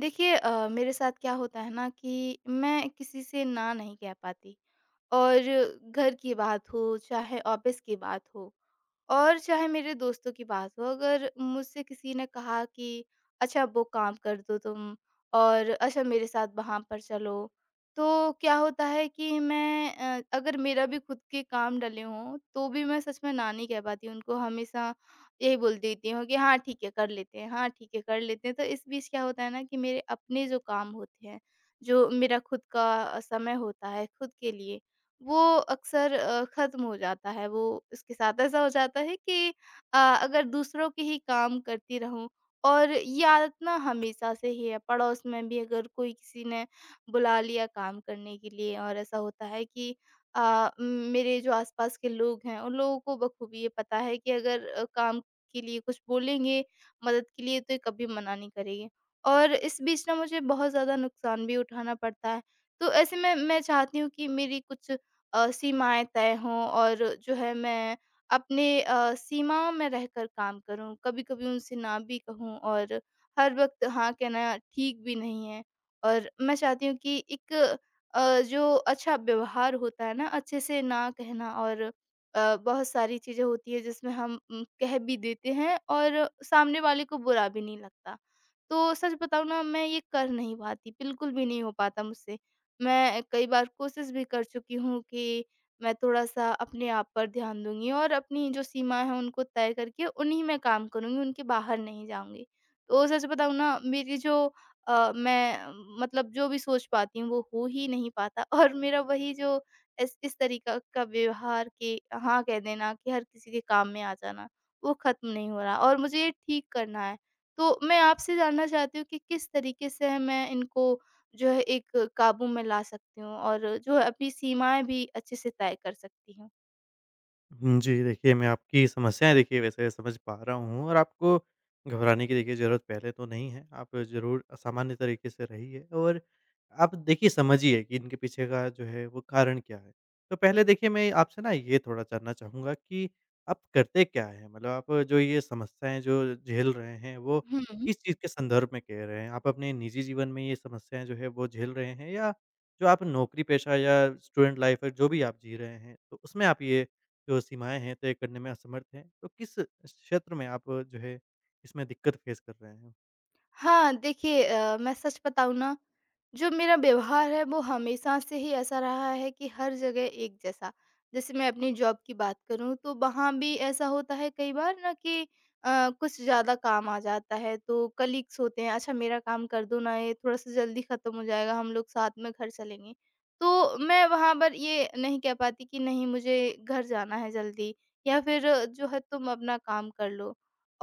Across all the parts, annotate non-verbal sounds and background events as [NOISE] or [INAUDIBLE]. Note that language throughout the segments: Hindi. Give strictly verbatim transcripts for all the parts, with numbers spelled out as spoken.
देखिए अ, मेरे साथ क्या होता है ना कि मैं किसी से ना नहीं कह पाती। और घर की बात हो, चाहे ऑफिस की बात हो, और चाहे मेरे दोस्तों की बात हो, अगर मुझसे किसी ने कहा कि अच्छा वो काम कर दो तुम, और अच्छा मेरे साथ वहाँ पर चलो, तो क्या होता है कि मैं अ, अगर मेरा भी खुद के काम डले हों, तो भी मैं सच में ना नहीं कह पाती। उनको हमेशा यही बोल देती हूँ कि हाँ ठीक है, कर लेते हैं, हाँ ठीक है, कर लेते हैं। तो इस बीच क्या होता है ना कि मेरे अपने जो काम होते हैं, जो मेरा खुद का समय होता है खुद के लिए, वो अक्सर अ, ख़त्म हो जाता है। वो इसके साथ ऐसा हो जाता है कि अ, अगर दूसरों के ही काम करती रहूँ। और ये आदत ना हमेशा से ही है। पड़ोस में भी अगर कोई किसी ने बुला लिया काम करने के लिए, और ऐसा होता है कि अ, म- मेरे जो आस-पास के लोग हैं, उन लोगों को बखूबी ये पता है कि अगर अ, काम के लिए कुछ बोलेंगे, मदद के लिए, तो ये कभी मना नहीं करेंगे। और इस बीच ना मुझे बहुत ज़्यादा नुकसान भी उठाना पड़ता है। तो ऐसे में मैं चाहती हूँ कि मेरी कुछ अ, सीमाएँ तय हों, और जो है मैं अपने अ, सीमाओं में रहकर काम करूँ। कभी-कभी उनसे ना भी कहूँ, और हर वक़्त हाँ कहना ठीक भी नहीं है। और मैं चाहती हूँ कि एक अ, जो अच्छा व्यवहार होता है ना, अच्छे से ना कहना, और अ, बहुत सारी चीज़ें होती हैं जिसमें हम उम, कह भी देते हैं और सामने वाले को बुरा भी नहीं लगता। तो सच बताऊँ ना, मैं ये कर नहीं पाती, बिल्कुल भी नहीं हो पाता मुझसे। मैं कई बार कोशिश भी कर चुकी हूँ कि मैं थोड़ा-सा अपने आप पर ध्यान दूँगी और अपनी जो सीमाएँ हैं उनको तय करके उन्हीं में काम करूँगी, उनके बाहर नहीं जाऊँगी। तो सच बताऊँ ना, मेरी जो अ, मैं अ, मतलब जो भी सोच पाती हूँ वो हो ही नहीं पाता [LAUGHS] और मेरा वही जो इस इस तरीका का व्यवहार कि हाँ कह देना, कि हर किसी के काम में आ जाना, वो ख़त्म नहीं हो रहा और मुझे ये ठीक करना है। तो मैं आपसे जानना चाहती हूँ कि किस तरीके से मैं इनको जो है एक काबू में ला सकती हूँ और जो है अपनी सीमाएँ भी अच्छे से तय कर सकती हूँ। हुँ, जी, देखिए मैं आपकी समस्याएँ देखिए वैसे समझ पा रहा हूँ और आपको घबराने की देखिए ज़रूरत पहले तो नहीं है। आप ज़रूर सामान्य तरीके से रहिए और आप देखिए समझिए कि इनके पीछे का जो है वो कारण क्या है। तो पहले देखिए मैं आपसे ना ये थोड़ा जानना चाहूँगा कि आप करते क्या हैं? मतलब आप जो ये समस्याएँ जो झेल रहे हैं वो हुँ। किस चीज़ के संदर्भ में कह रहे हैं? आप अपने निजी जीवन में ये समस्याएँ जो है वो झेल रहे हैं या जो आप नौकरी पेशा या स्टूडेंट लाइफ़ है जो भी आप जी रहे हैं, तो उसमें आप ये जो सीमाएँ हैं तय करने में असमर्थ हैं। तो किस क्षेत्र में आप जो है इसमें दिक्कत फेस कर रहे हैं? हाँ, देखिए अ, मैं सच बताऊँ ना, जो मेरा व्यवहार है वो हमेशा से ही ऐसा रहा है कि हर जगह एक जैसा। जैसे मैं अपनी जॉब की बात करूँ तो वहाँ भी ऐसा होता है कई बार ना, कि अ, कुछ ज़्यादा काम आ जाता है तो कलीग्स होते हैं, "अच्छा मेरा काम कर दो ना, ये थोड़ा-सा जल्दी ख़त्म हो जाएगा, हम लोग साथ में घर चलेंगे।" तो मैं वहाँ पर ये नहीं कह पाती कि नहीं, मुझे घर जाना है जल्दी, या फिर जो है तुम अपना काम कर लो।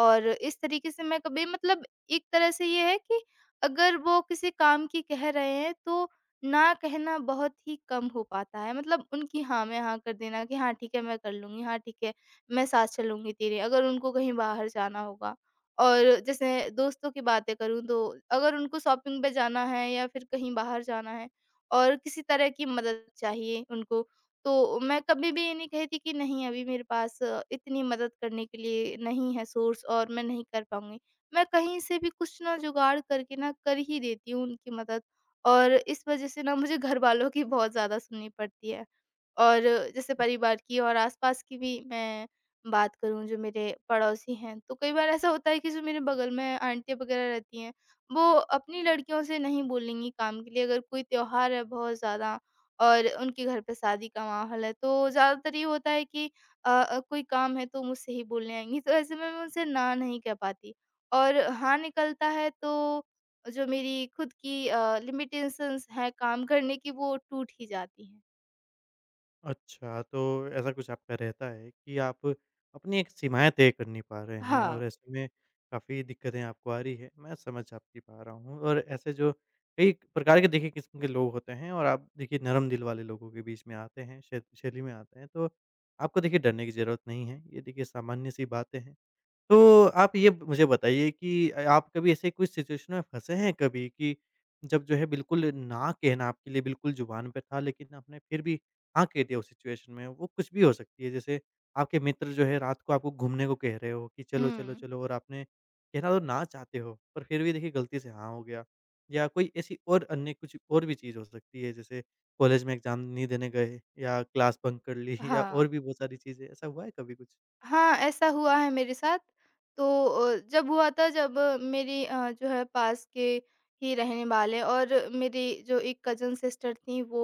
और इस तरीके से मैं कभी मतलब, एक तरह से ये है कि अगर वो किसी काम की कह रहे हैं तो ना कहना बहुत ही कम हो पाता है। मतलब उनकी हाँ में हाँ कर देना कि हाँ ठीक है, मैं कर लूँगी, हाँ ठीक है, मैं साथ चलूँगी तेरे, अगर उनको कहीं बाहर जाना होगा। और जैसे दोस्तों की बातें करूँ, तो अगर उनको शॉपिंग पे जाना है या फिर कहीं बाहर जाना है, और किसी तरह की मदद चाहिए उनको, तो मैं कभी भी ये नहीं कहती कि नहीं अभी मेरे पास अ, इतनी मदद करने के लिए नहीं है सोर्स, और मैं नहीं कर पाऊँगी। मैं कहीं से भी कुछ ना जुगाड़ करके ना कर ही देती हूँ उनकी मदद। और इस वजह से ना मुझे घरवालों की बहुत ज़्यादा सुननी पड़ती है। और जैसे परिवार की और आस-पास की भी मैं बात करूँ, जो मेरे पड़ोसी हैं, तो कई बार ऐसा होता है कि जो मेरे बगल में आंटियाँ वगैरह रहती हैं, वो अपनी लड़कियों से नहीं बोलेंगी काम के लिए, अगर कोई त्योहार है बहुत ज़्यादा और उनके घर पे शादी का माहौल है, तो ज़्यादातर ये होता है कि अ अ, कोई काम है तो मुझसे ही बोलने आएँगी, तो ऐसे में मैं उनसे ना नहीं कह पाती। और हाँ निकलता है, तो जो मेरी खुद की अ, लिमिटेशंस हैं काम करने की, वो टूट ही जाती हैं। अच्छा, तो ऐसा कुछ आपका रहता है कि आप अपनी एक सीमाएँ तय कर नहीं पा रहे हैं हाँ। और ऐसे में काफ़ी दिक्कतें आपको आ रही हैं। मैं समझ आपकी पा रहा हूँ और ऐसे जो कई प्रकार के देखिए किस्म के लोग होते हैं और आप देखिए नरम दिल वाले लोगों के बीच में आते हैं, शै शैली में आते हैं। तो आपको देखिए डरने की ज़रूरत नहीं है। ये देखिए सामान्य सी बातें हैं। तो आप ये मुझे बताइए कि अ, आप कभी ऐसे कोई सिचुएशन में फँसे हैं कभी कि जब जो है बिल्कुल ना कहना आपके लिए बिल्कुल ज़ुबान पे था लेकिन आपने फिर भी हाँ कह दिया उस सिचुएशन में? वो कुछ भी हो सकती है जैसे आपके मित्र जो है रात को आपको घूमने को कह रहे हो कि चलो, चलो, हुँ। चलो और आपने कहना तो ना चाहते हो पर फिर भी देखिए गलती से हाँ हो गया। या कोई ऐसी और अन्य कुछ और भी चीज़ हो सकती है जैसे कॉलेज में एग्ज़ाम नहीं देने गए या क्लास बंक कर ली हुँ, [LAUGHS] या हाँ। और भी बहुत सारी चीज़ें। ऐसा हुआ है कभी कुछ? हाँ, ऐसा हुआ है मेरे साथ। तो अ, जब हुआ था, जब मेरी अ, जो है पास के ही रहने वाले और मेरी जो एक कज़न सिस्टर थीं, वो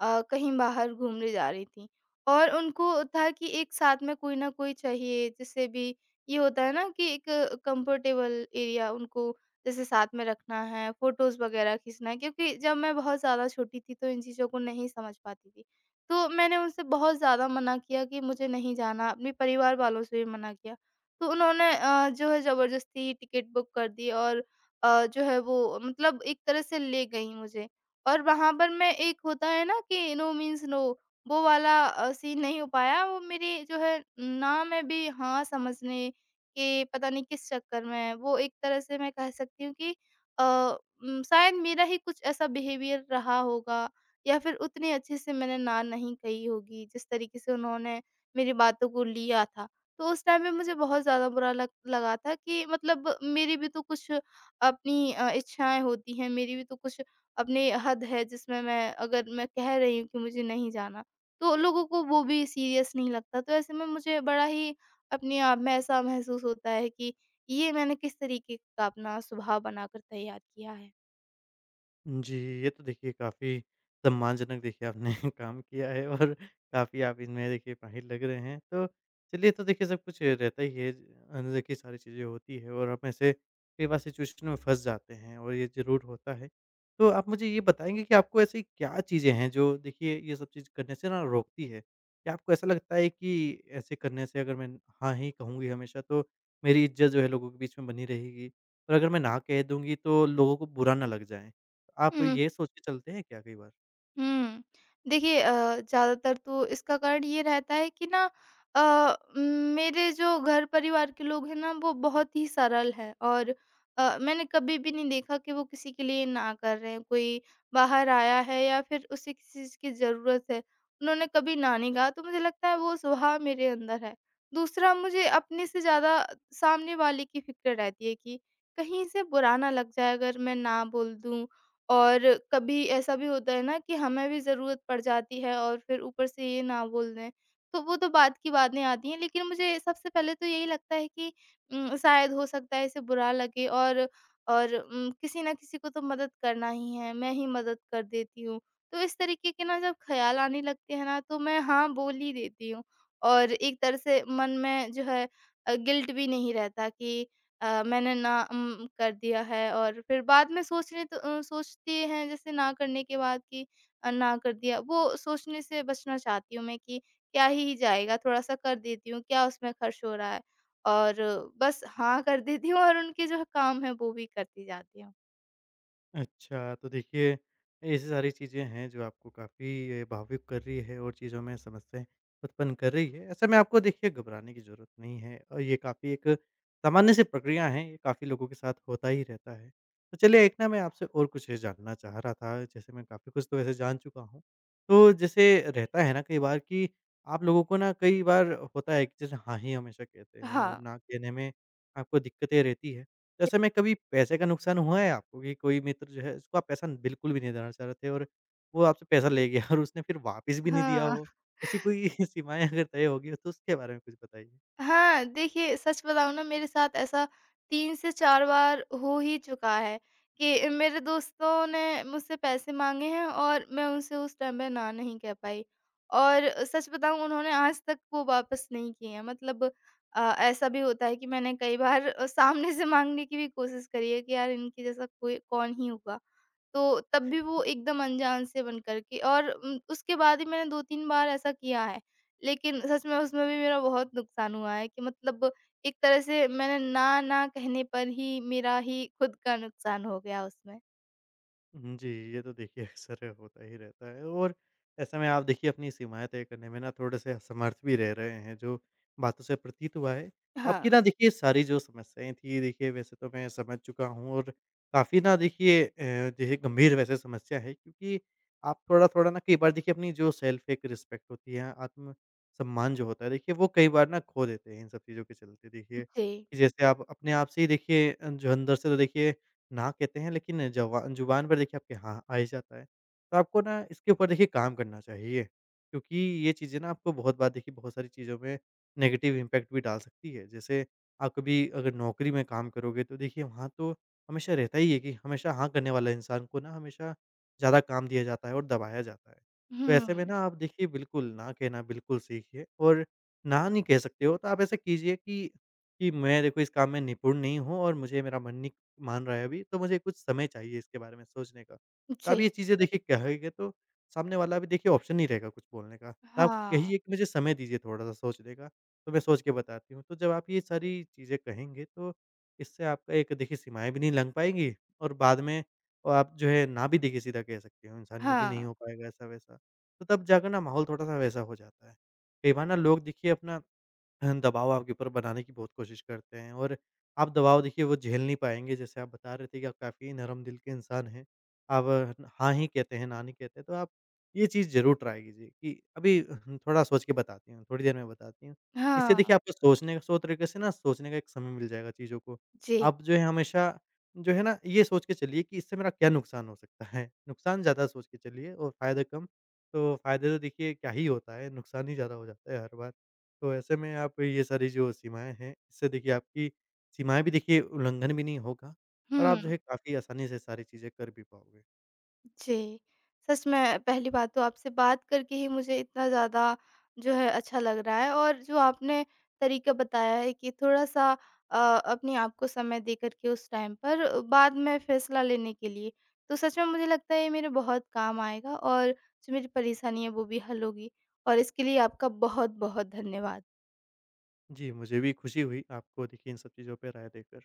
अ, कहीं बाहर घूमने जा रही थीं। और उनको था कि एक साथ में कोई न कोई चाहिए, जिससे भी ये होता है ना कि एक कंफर्टेबल एरिया, उनको जैसे साथ में रखना है, फ़ोटोज़ वग़ैरह खींचना है, क्योंकि जब मैं बहुत ज़्यादा छोटी थी तो इन चीज़ों को नहीं समझ पाती थी। तो मैंने उनसे बहुत ज़्यादा मना किया कि मुझे नहीं जाना, अपने परिवार वालों से भी मना किया। तो उन्होंने अ, जो है ज़बरदस्ती टिकट बुक कर दी, और अ, जो है वो, मतलब एक तरह से ले गईं मुझे। और वहाँ पर मैं, एक होता है ना कि नो मीन्स नो, वो वाला अ, सीन नहीं हो पाया। वो मेरी जो है, ना में भी हाँ समझने के, पता नहीं किस चक्कर में, है। वो एक तरह से मैं कह सकती हूँ कि अ, उम, शायद मेरा ही कुछ ऐसा बिहेवियर रहा होगा या फिर उतने अच्छे से मैंने ना नहीं कही होगी, जिस तरीके से उन्होंने मेरी बातों को लिया था। तो उस टाइम पे मुझे बहुत ज़्यादा बुरा लग लगा था कि मतलब मेरी भी तो कुछ अपनी अ, इच्छाएँ होती हैं, मेरी भी तो कुछ अपनी हद है, जिसमें मैं, अगर मैं कह रही हूँ कि मुझे नहीं जाना, तो लोगों को वो भी सीरियस नहीं लगता। तो ऐसे में मुझे बड़ा ही अपने आप में ऐसा महसूस होता है कि ये मैंने किस तरीके का अपना स्वभाव बनाकर तैयार किया है। जी, ये तो देखिए काफ़ी सम्मानजनक देखिए आपने [LAUGHS] काम किया है और काफ़ी आप इनमें देखिए माहिर लग रहे हैं। तो चलिए तो देखिए सब कुछ रहता ही है, अनदेखी सारी चीज़ें होती है और हम ऐसे कई बार सिचुएशन में फँस जाते हैं और ये ज़रूर होता है। तो आप मुझे ये बताएँगे कि आपको ऐसी क्या चीज़ें हैं जो देखिए ये सब चीज़ करने से ना रोकती है? क्या आपको ऐसा लगता है कि ऐसे करने से अगर मैं हाँ ही कहूँगी हमेशा तो मेरी इज़्ज़त जो है लोगों के बीच में बनी रहेगी और अगर मैं ना कह दूँगी तो लोगों को बुरा ना लग जाए? आप ये सोच के चलते हैं क्या कई बार? हुँ। देखिए अ, ज़्यादातर तो इसका कारण ये रहता है कि ना अ, मेरे जो घर परिवार के लोग हैं ना, वो बहुत ही सरल हैं, और अ, मैंने कभी भी नहीं देखा कि वो किसी के लिए ना कर रहे हैं। कोई बाहर आया है या फिर उसे किसी चीज़ की ज़रूरत है, उन्होंने कभी ना नहीं कहा, तो मुझे लगता है वो स्वभाव मेरे अंदर है। दूसरा, मुझे अपने से ज़्यादा सामने वाले की फ़िक्र रहती है कि कहीं इसे बुरा ना लग जाए अगर मैं ना बोल दूँ। और कभी ऐसा भी होता है ना कि हमें भी ज़रूरत पड़ जाती है, और फिर ऊपर से ये ना बोल दें, तो वो तो बात की बातें आती हैं। लेकिन मुझे सबसे पहले तो यही लगता है कि उम, शायद हो सकता है इसे बुरा लगे, और और उम, किसी ना किसी को तो मदद करना ही है, मैं ही मदद कर देती हूँ। तो इस तरीके के ना जब ख़्याल आने लगते हैं ना, तो मैं हाँ बोल ही देती हूँ। और एक तरह से मन में जो है अ, गिल्ट भी नहीं रहता कि अ, मैंने ना उम, कर दिया है। और फिर बाद में सोचने तो अ, सोचते हैं, जैसे ना करने के बाद कि अ, ना कर दिया, वो सोचने से बचना चाहती हूँ मैं कि क्या ही जाएगा, थोड़ा-सा कर देती हूँ, क्या उसमें खर्च हो रहा है? और बस हाँ कर देती हूँ, और उनके जो काम है वो भी करती जाती हूँ। अच्छा, तो देखिए, ऐसी सारी चीज़ें हैं जो आपको काफ़ी भावुक कर रही है और चीज़ों में समस्याएँ उत्पन्न कर रही है। ऐसे में आपको देखिए घबराने की ज़रूरत नहीं है और ये काफ़ी एक सामान्य सी प्रक्रिया है, ये काफ़ी लोगों के साथ होता ही रहता है। तो चलिए एक ना मैं आपसे और कुछ जानना चाह रहा था, जैसे मैं काफ़ी कुछ तो वैसे जान चुका हूँ। तो जैसे रहता है ना कई बार कि आप लोगों को ना, कई बार होता है कि जैसे हाँ ही हमेशा कहते हैं और हाँ। ना कहने में आपको दिक्कतें रहती है। तो ऐसे में कभी पैसे का नुकसान हुआ है आपको कि कोई मित्र जो है उसको आप पैसा बिल्कुल भी नहीं देना चाह रहे थे और वो आपसे पैसा ले गया और उसने फिर वापस भी नहीं दिया हाँ। हो? ऐसी कोई [LAUGHS] सीमाएँ अगर तय होगी हो तो उसके बारे में कुछ बताइए? हाँ, देखिए सच बताऊँ ना, मेरे साथ ऐसा तीन से चार बार हो ही चुका है कि मेरे दोस्तों ने मुझसे पैसे माँगे हैं और मैं उनसे उस टाइम पे ना नहीं कह पाई। और सच बताऊँ उन्होंने आज तक वो वापस नहीं किए हैं। मतलब अ, ऐसा भी होता है कि मैंने कई बार अ, सामने से माँगने की भी कोशिश करी है कि यार इनके जैसा कोई कौन ही होगा। तो तब भी वो एकदम अनजान से बन कर के, और उम, उसके बाद ही मैंने दो तीन बार ऐसा किया है। लेकिन सच में उसमें भी मेरा बहुत नुकसान हुआ है कि मतलब एक तरह से मैंने ना, ना कहने पर ही मेरा ही खुद का नुकसान हो गया उसमें। हुँ, जी, ये तो देखिए अक्सर होता ही रहता है और ऐसे में आप देखिए अपनी सीमाएँ तय करने में ना थोड़े-से असमर्थ भी रह रहे हैं, जो बातों से प्रतीत हुआ है। हाँ। आपकी ना देखिए सारी जो समस्याएँ थी देखिए वैसे तो मैं समझ चुका हूँ और काफ़ी ना देखिए अ, जो है गंभीर वैसे समस्या है, क्योंकि आप थोड़ा-थोड़ा ना कई बार देखिए अपनी जो सेल्फ एक रिस्पेक्ट होती है, आत्म-सम्मान जो होता है देखिए वो कई बार ना खो देते हैं इन सब चीज़ों के चलते देखिए। जी। कि जैसे आप अपने आप से ही देखिए अ, जो अंदर से तो देखिए ना कहते हैं लेकिन जवा ज़ुबान पर देखिए आपके हाँ आ ही जाता है। तो आपको ना इसके ऊपर देखिए काम करना चाहिए, क्योंकि ये चीज़ें ना आपको बहुत बार देखिए बहुत सारी चीज़ों में नेगेटिव इम्पैक्ट भी डाल सकती है। जैसे आप कभी अगर नौकरी में काम करोगे तो देखिए वहाँ तो हमेशा रहता ही है कि हमेशा हाँ करने वाला इंसान को ना हमेशा ज़्यादा काम दिया जाता है और दबाया जाता है। तो ऐसे में हुँ। ना आप देखिए बिल्कुल ना कहना बिल्कुल सीखिए और ना नहीं कह सकते हो तो आप ऐसा कीजिए कि, कि मैं देखो इस काम में निपुण नहीं हूँ और मुझे मेरा मन नहीं मान रहा है अभी, तो मुझे कुछ समय चाहिए इसके बारे में सोचने का। तो आप जी। ये चीज़ें देखिए कहेंगे तो सामने वाला भी देखिए ऑप्शन नहीं रहेगा कुछ बोलने का। तो आप हाँ। कहिए कि मुझे समय दीजिए थोड़ा-सा सोचने का, तो मैं सोच के बताती हूँ। तो जब आप ये सारी चीज़ें कहेंगे तो इससे आपका एक देखिए सीमाएँ भी नहीं लग पाएँगी और बाद में और आप जो है ना भी देखिए सीधा कह सकते हो इंसान को कि नहीं हाँ। हो पाएगा ऐसा-वैसा। तो तब जाकर ना माहौल थोड़ा-सा वैसा हो जाता है। कई बार ना लोग देखिए अपना अ, दबाव आपके ऊपर बनाने की बहुत कोशिश करते हैं और आप दबाव देखिए वो झेल नहीं पाएँगे। जैसे आप बता रहे थे कि आप काफ़ी नरम दिल के इंसान हैं। आप अ, हाँ ही कहते हैं, ना नहीं कहते हैं। तो आप ये चीज़ ज़रूर ट्राई कीजिए कि अभी अ, थोड़ा सोच के बताती हूँ, थोड़ी देर में बताती हूँ। इससे हाँ। देखिए आपको सोचने का सौ तरीके से ना सोचने का एक समय मिल जाएगा चीज़ों को। जी। आप जो है हमेशा जो है ना ये सोच के चलिए कि इससे मेरा क्या नुकसान हो सकता है? नुकसान ज़्यादा सोच के चलिए और फ़ायदा कम। तो फ़ायदे तो देखिए क्या ही होता है, नुकसान ही ज़्यादा हो जाता है हर बार। तो ऐसे में आप ये सारी जो सीमाएँ हैं, इससे देखिए आपकी सीमाएँ भी देखिए उल्लंघन भी नहीं होगा और आप हुँ। जो है काफ़ी आसानी से सारी चीज़ें कर भी पाओगे। जी। सच में पहली बात तो आपसे बात करके ही मुझे इतना ज़्यादा जो है अच्छा लग रहा है। और जो आपने तरीका बताया है कि थोड़ा-सा अ, अपने आप को समय देकर के, उस टाइम पर बाद में फ़ैसला लेने के लिए, तो सच में मुझे लगता है ये मेरे बहुत काम आएगा, और जो मेरी परेशानी है वो भी हल होगी, और इसके लिए आपका बहुत-बहुत धन्यवाद। जी, मुझे भी खुशी हुई आपको देखिए इन सब चीज़ों पे राय देकर।